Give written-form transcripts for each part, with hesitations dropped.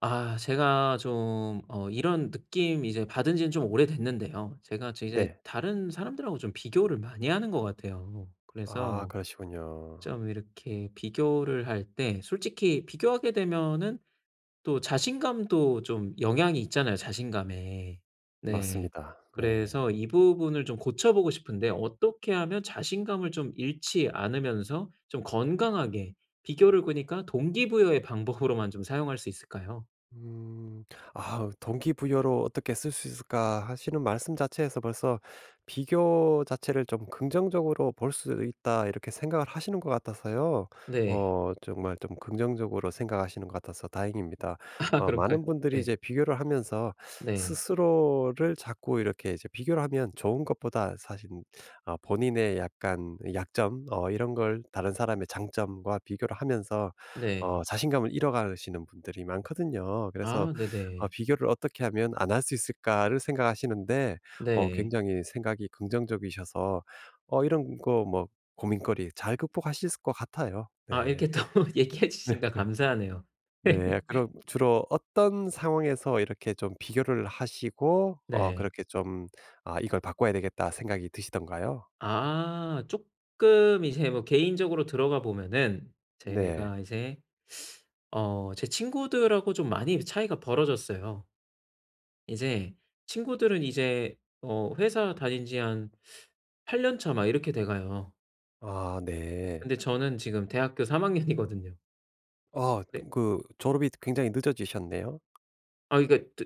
제가 좀 이런 느낌 이제 받은 지는 좀 오래됐는데요. 제가 이제 네. 다른 사람들하고 좀 비교를 많이 하는 것 같아요. 아 그래서 그러시군요. 좀 이렇게 비교를 할 때 솔직히 비교하게 되면은 또 자신감도 좀 영향이 있잖아요, 자신감에. 네. 맞습니다. 네. 그래서 이 부분을 좀 고쳐 보고 싶은데 어떻게 하면 자신감을 좀 잃지 않으면서 좀 건강하게 비교를 그니까 동기부여의 방법으로만 좀 사용할 수 있을까요? 음. 아 동기부여로 어떻게 쓸 수 있을까 하시는 말씀 자체에서 벌써 '비교 자체를 좀 긍정적으로 볼 수 있다.' 이렇게 생각을 하시는 것 같아서요. 네. 어 정말 좀 긍정적으로 생각하시는 것 같아서 다행입니다. 아 어 그런가요? 많은 분들이 네. 이제 비교를 하면서 네. 스스로를 자꾸 이렇게 이제 비교를 하면 좋은 것보다 사실 아 본인의 약간 약점 어 이런 걸 다른 사람의 장점과 비교를 하면서 어 네. 자신감을 잃어가시는 분들이 많거든요. 그래서 아 어 네네. '비교를 어떻게 하면 안 할 수 있을까.'를 생각하시는데 어 네. 굉장히 생각이 긍정적이셔서 어 이런 거 뭐 고민거리 잘 극복하실 것 같아요. 아 네. 이렇게 또 얘기해 주시니까 네. 감사하네요. 네. 그럼 주로 어떤 상황에서 이렇게 좀 비교를 하시고 어 네. 그렇게 좀 '아 이걸 바꿔야 되겠다.' 생각이 드시던가요? 아 쪼끔 이제 뭐 개인적으로 들어가 보면은 네. 제가 이제 제 친구들하고 좀 많이 차이가 벌어졌어요. 이제 친구들은 이제 회사 다닌 지 한 8년 차 막 이렇게 돼 가요. 아 네. 근데 저는 지금 대학교 3 학년이거든요. 어 네. 그 졸업이 굉장히 늦어지셨네요. 아 그러니까 드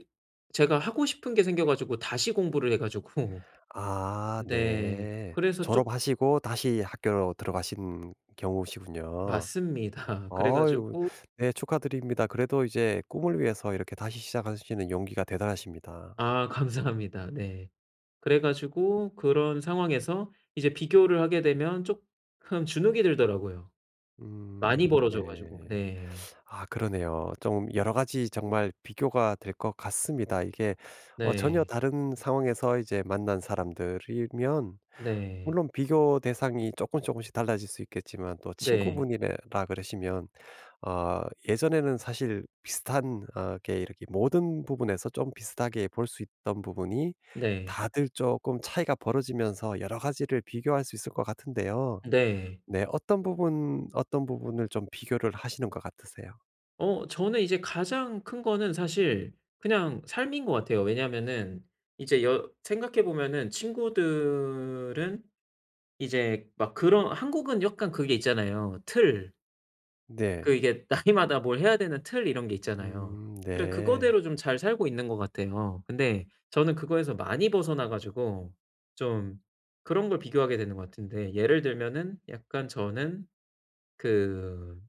제가 하고 싶은 게 생겨 가지고 다시 공부를 해 가지고 아 네. 네. 그래서 쪽 졸업하시고 다시 학교로 들어가신 경우시군요. 맞습니다. 그래 아유 가지고 네 축하드립니다. 그래도 이제 꿈을 위해서 이렇게 다시 시작하시는 용기가 대단하십니다. 아 감사합니다. 네. 그래 가지고 그런 상황에서 이제 비교를 하게 되면 쪼끔 주눅이 들더라고요. 많이 네. 벌어져 가지고. 네. 아 그러네요. 좀 여러 가지 정말 비교가 될 것 같습니다. 이게 어 전혀 네. 다른 상황에서 이제 만난 사람들이면 네. 물론 비교 대상이 조금 조금씩 달라질 수 있겠지만 또 네. 친구분이라 그러시면 아 예전에는 사실 비슷한 아 게 이렇게 모든 부분에서 좀 비슷하게 볼 수 있던 부분이 네. 다들 조금 차이가 벌어지면서 여러 가지를 비교할 수 있을 것 같은데요. 네. 네 어떤 부분 어떤 부분을 좀 비교를 하시는 것 같으세요? 어 저는 이제 가장 큰 거는 사실 그냥 삶인 것 같아요. 왜냐하면은 이제 여 생각해 보면은 친구들은 이제 막 그런 한국은 약간 그게 있잖아요. 틀. 그 네. 이게 나이마다 뭘 해야 되는 틀 이런 게 있잖아요. 그래 네. 그거대로 좀 잘 살고 있는 것 같아요. 근데 저는 그거에서 많이 벗어나 가지고 좀 그런 걸 비교하게 되는 것 같은데 예를 들면은 약간 저는 그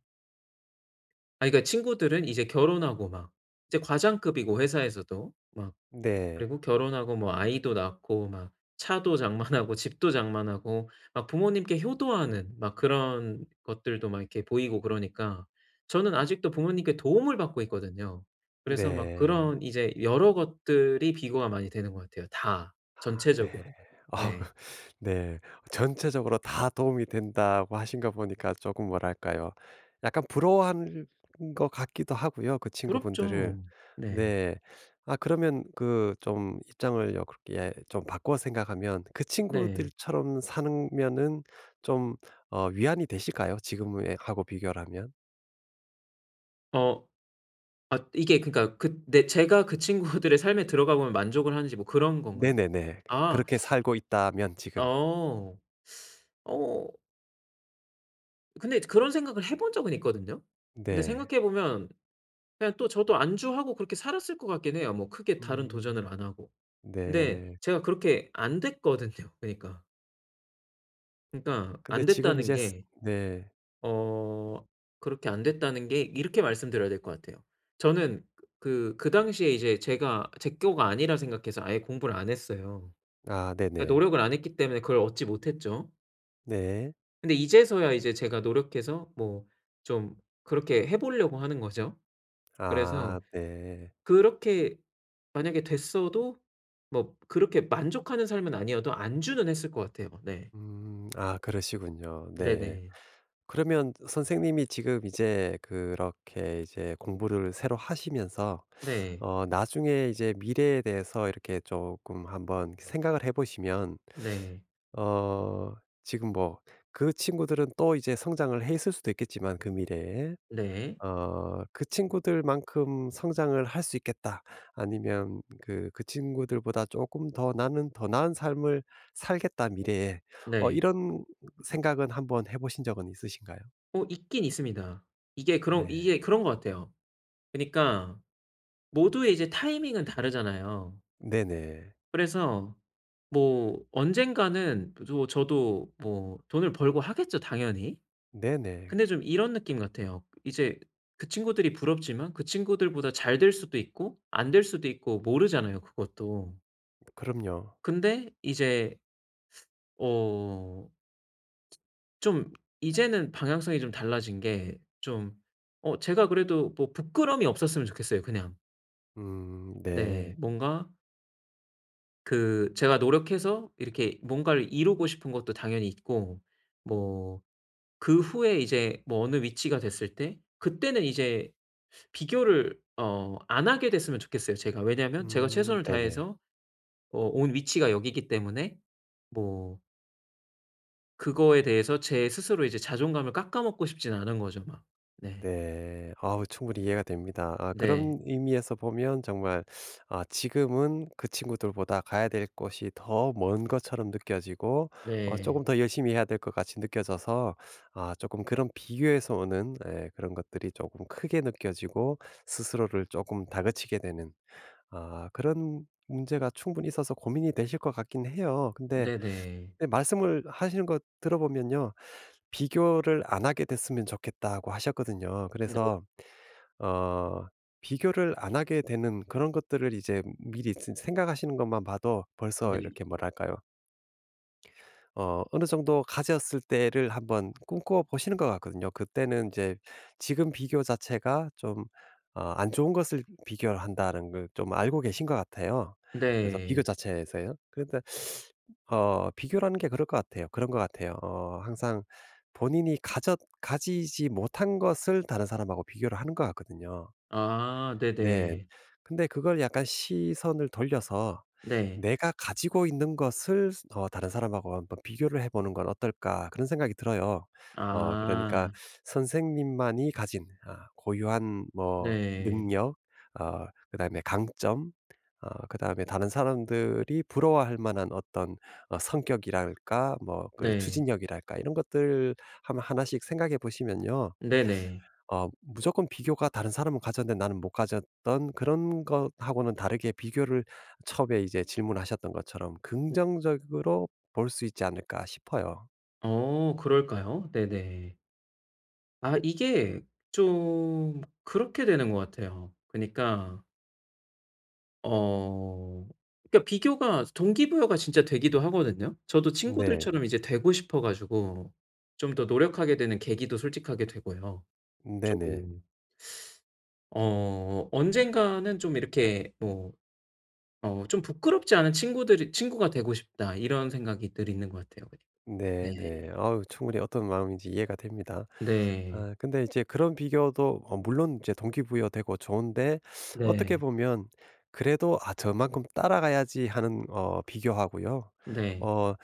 아니 그러니까 친구들은 이제 결혼하고 막 이제 과장급이고 회사에서도 막 네. 그리고 결혼하고 뭐 아이도 낳고 막 차도 장만하고 집도 장만하고 막 부모님께 효도하는 막 그런 것들도 막 이렇게 보이고 그러니까 저는 아직도 부모님께 도움을 받고 있거든요. 그래서 막 네. 그런 이제 여러 것들이 비교가 많이 되는 것 같아요 다 네. 전체적으로. 아 그 네. 네. 전체적으로 다 도움이 된다고 하신 거 보니까 조금 뭐랄까요. 약간 부러워하는 것 같기도 하고요, 그 친구분들을. 부럽죠. 네. 네. 아 그러면 그 좀 입장을 여 그렇게 예, 좀 바꿔 생각하면 그 네. 친구들처럼 사면은 좀 어 위안이 되실까요? 지금의 하고 비교를 하면? 어 아 이게 그러니까 그 네 제가 그 친구들의 삶에 들어가 보면 만족을 하는지 뭐 그런 건가요? 네네네. 그 아. 그렇게 살고 있다면 지금. 어. 어 근데 그런 생각을 해본 적은 있거든요. 근데 네. 생각해 보면 그냥 또 저도 안주하고 그렇게 살았을 것 같긴 해요, 뭐 크게 다른 음. 도전을 안 하고. 근데 네. 제가 그렇게 안 됐거든요, 그니까. 그니까 근데 안 지금 됐다는 이제 스 게 네. 어 그렇게 안 됐다는 게 이렇게 말씀드려야 될 것 같아요. 저는 그 당시에 이제 제가 제 거가 아니라 생각해서 아예 공부를 안 했어요. 아 그러니까 네네. 노력을 안 했기 때문에 그걸 얻지 못했죠. 네. 근데 이제서야 이제 제가 노력해서 뭐 좀 그렇게 해 보려고 하는 거죠. 아 그래서 네. 그렇게 만약에 됐어도 뭐 그렇게 만족하는 삶은 아니어도 안주는 했을 것 같아요. 네. 음. 아 그러시군요. 네. 네네. 그러면 선생님이 지금 이제 그렇게 이제 공부를 새로 하시면서 네. 어 나중에 이제 미래에 대해서 이렇게 조금 한번 생각을 해 보시면 네. 어 지금 뭐 그 친구들은 또 이제 성장을 해 있을 수도 있겠지만 그 미래에 네. 어 '그 친구들만큼 성장을 할 수 있겠다.' 아니면 그 '그 친구들보다 조금 더 나는 더 나은 삶을 살겠다 미래에.' 어 네. 이런 생각은 한번 해 보신 적은 있으신가요? 어 있긴 있습니다. 네. 이게 그런 것 같아요. 그니까 모두의 이제 타이밍은 다르잖아요. 네네. 그래서 뭐 언젠가는 또 저도 뭐 돈을 벌고 하겠죠 당연히. 네네. 근데 좀 이런 느낌 같아요. 이제 그 친구들이 부럽지만 그 친구들보다 잘 될 수도 있고 안 될 수도 있고 모르잖아요 그것도. 그럼요. 근데 이제 어 좀 이제는 방향성이 좀 달라진 게 좀 제가 그래도 뭐 부끄러움이 없었으면 좋겠어요 그냥. 네. 네. 뭔가 그 제가 노력해서 이렇게 뭔가를 이루고 싶은 것도 당연히 있고 뭐 그 후에 이제 뭐 어느 위치가 됐을 때 그때는 이제 비교를 안 하게 됐으면 좋겠어요 제가. 왜냐하면 제가 최선을 네네. 다해서 어 온 위치가 여기기 때문에 뭐 그거에 대해서 제 스스로 이제 자존감을 깎아먹고 싶진 않은 거죠 막. 네. 네. 아우 충분히 이해가 됩니다. 아 네. 그런 의미에서 보면 정말 아 지금은 그 친구들보다 가야 될 곳이 더 먼 것처럼 느껴지고 어 네. 금더 열심히 해야 될 것 같이 느껴져서 아 조금 그런 비교에서 오는 예 그런 것들이 조금 크게 느껴지고 스스로를 조금 다그치게 되는 아 그런 문제가 충분히 있어서 고민이 되실 것 같긴 해요. 근데 네네. 네 말씀을 하시는 거 들어보면요. "비교를 안 하게 됐으면 좋겠다."고 하셨거든요. 네. 그래서 어 비교를 안 하게 되는 그런 것들을 이제 미리 진 생각하시는 것만 봐도 벌써 네. 네. 이렇게 뭐랄까요? 어 어느 정도 가졌을 때를 한번 꿈꿔 보시는 것 같거든요. 그때는 이제 지금 비교 자체가 좀 어 안 좋은 것을 비교를 한다는 걸 좀 알고 계신 것 같아요. 그래서 비교 네. 자체에서요. 그런데 어 비교라는 게 그럴 것 같아요. 그런 것 같아요. 어 항상 본인이 가졌 가지지 못한 것을 다른 사람하고 비교를 하는 것 같거든요. 아 네네. 네. 네. 근데 그걸 약간 시선을 돌려서 네. '내가 가지고 있는 것을 어 다른 사람하고 한번 비교를 해 보는 건 어떨까.' 그런 생각이 들어요. 어 그러니까 아. 선생님만이 가진 아 고유한 뭐 네. 능력 어 그다음에 강점 어 그다음에 다른 사람들이 부러워할 만한 어떤 어 성격이랄까 뭐 그 네. 추진력이랄까 이런 것들 한번 하나씩 생각해 보시면요. 네네. 어 무조건 비교가 다른 사람은 가졌는데 나는 못 가졌던 그런 것하고는 다르게 비교를 처음에 이제 질문하셨던 것처럼 긍정적으로 볼 수 있지 않을까 싶어요. 어 그럴까요? 네네. 아 이게 좀 그렇게 되는 것 같아요. 그니까 어 그니까 비교가 동기부여가 진짜 되기도 하거든요. 저도 네. 친구들처럼 이제 되고 싶어 가지고 좀 더 노력하게 되는 계기도 솔직하게 되고요. 네네. 좀 언젠가는 좀 이렇게 뭐 좀 부끄럽지 않은 친구들이 '친구가 되고 싶다.' 이런 생각이 늘 있는 것 같아요. 그니까. 네. 네네. 우 충분히 어떤 마음인지 이해가 됩니다. 네. 아 근데 이제 그런 비교도 어 물론 이제 동기부여되고 좋은데 어떻게 네. 보면 그래도 '아 저만큼 따라가야지.' 하는 어 비교하고요. 네. 어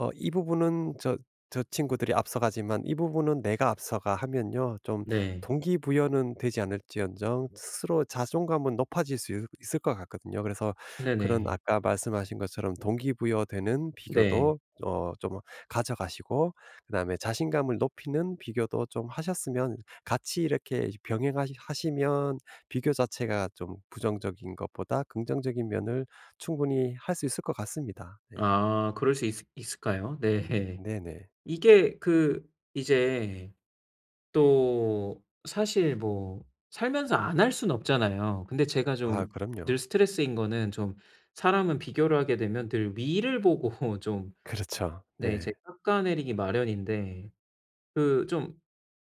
어 이 부분은 저 저 친구들이 앞서가지만 이 부분은 내가 앞서가 하면요. 좀 네. 동기부여는 되지 않을지언정 스스로 자존감은 높아질 수 있 있을 것 같거든요. 그래서 그런 네네. 아까 말씀하신 것처럼 동기부여되는 네. 비교도 어 좀 가져가시고 그다음에 자신감을 높이는 비교도 좀 하셨으면 같이 이렇게 병행하시 하시면 비교 자체가 좀 부정적인 것보다 긍정적인 면을 충분히 할 수 있을 것 같습니다. 네. 아 그럴 수 있을까요? 네. 네네. 이게 이제 또 사실 뭐 살면서 안 할 수는 없잖아요. 근데 제가 아 좀 늘 그럼요. 스트레스인 거는 좀 사람은 비교를 하게 되면 늘 위를 보고 좀 그렇죠. 네 이제 네. 깎아내리기 마련인데 그 좀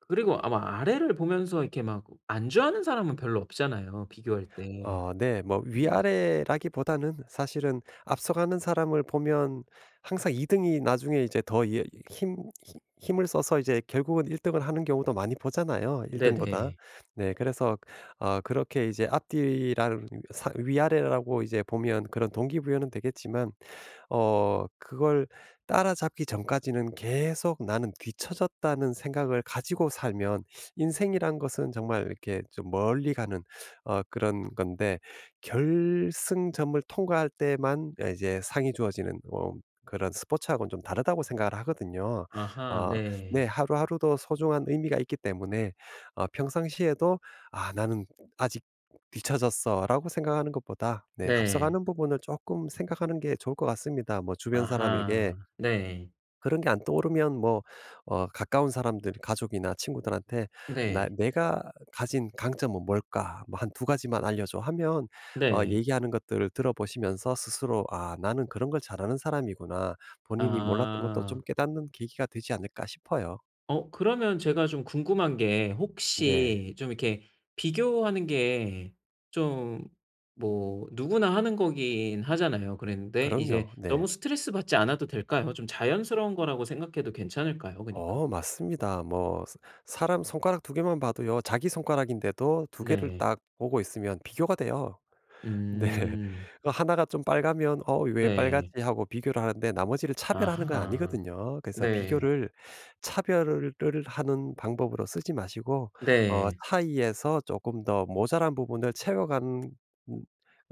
그리고 아마 아래를 보면서 이렇게 막 안주하는 사람은 별로 없잖아요 비교할 때. 어 네. 뭐 네. 위아래라기보다는 사실은 앞서가는 사람을 보면 항상 2 등이 나중에 이제 더 힘 힘 힘을 써서 이제 결국은 1 등을 하는 경우도 많이 보잖아요, 1 등보다. 네네. 네. 그래서 어 그렇게 이제 앞뒤라는 사 위아래라고 이제 보면 그런 동기부여는 되겠지만 어 그걸 따라잡기 전까지는 계속 '나는 뒤처졌다.'는 생각을 가지고 살면 인생이란 것은 정말 이렇게 좀 멀리 가는 어 그런 건데 결승점을 통과할 때만 예 이제 상이 주어지는 어 그런 스포츠하고는 좀 다르다고 생각을 하거든요. 아하 어 네 네. 하루하루도 소중한 의미가 있기 때문에 어 평상시에도 '아 나는 아직 뒤처졌어'라고 생각하는 것보다 네 네. 앞서가는 부분을 조금 생각하는 게 좋을 것 같습니다. 뭐 주변 사람에게 아하. 네. 그런 게 안 떠오르면 뭐 어 가까운 사람들 가족이나 친구들한테 "나 네. 내가 가진 강점은 뭘까? 뭐 한 두 가지만 알려줘." 하면 어 네. 얘기하는 것들을 들어보시면서 스스로 '아 나는 그런 걸 잘하는 사람이구나.' 본인이 몰랐던 것도 좀 아. 깨닫는 계기가 되지 않을까 싶어요. 어 그러면 제가 좀 궁금한 게 네. 혹시 좀 이렇게 비교하는 게 좀 뭐 누구나 하는 거긴 하잖아요. 그랬는데 이제 그럼요. 너무 네. 스트레스 받지 않아도 될까요? 좀 자연스러운 거라고 생각해도 괜찮을까요 그니까? 어 맞습니다. 뭐 스 사람 손가락 두 개만 봐도요. 자기 손가락인데도 두 개를 네. 딱 보고 있으면 비교가 돼요. 네. 음. 그나가 좀 빨가면 '어 왜 네. 빨갛지?' 하고 비교를 하는데 나머지를 차별하는 건 아하. 아니거든요. 그래서 네. 비교를 차별을 하는 방법으로 쓰지 마시고 어 네. 차이에서 조금 더 모자란 부분을 채워가는 음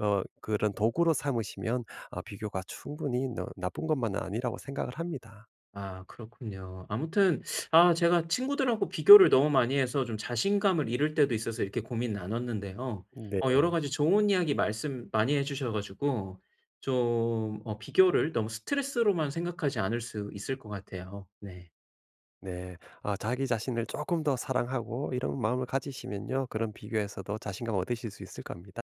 어 그런 도구로 삼으시면 아 비교가 충분히 너 나쁜 것만은 아니라고 생각을 합니다. 아 그렇군요. 아무튼 아 제가 친구들하고 비교를 너무 많이 해서 좀 자신감을 잃을 때도 있어서 이렇게 고민 나눴는데요. 네. 어 여러 가지 좋은 이야기 말씀 많이 해 주셔 가지고 좀 비교를 너무 스트레스로만 생각하지 않을 수 있을 것 같아요. 네. 네. 아 자기 자신을 조금 더 사랑하고 이런 마음을 가지시면요. 그런 비교에서도 자신감 얻으실 수 있을 겁니다.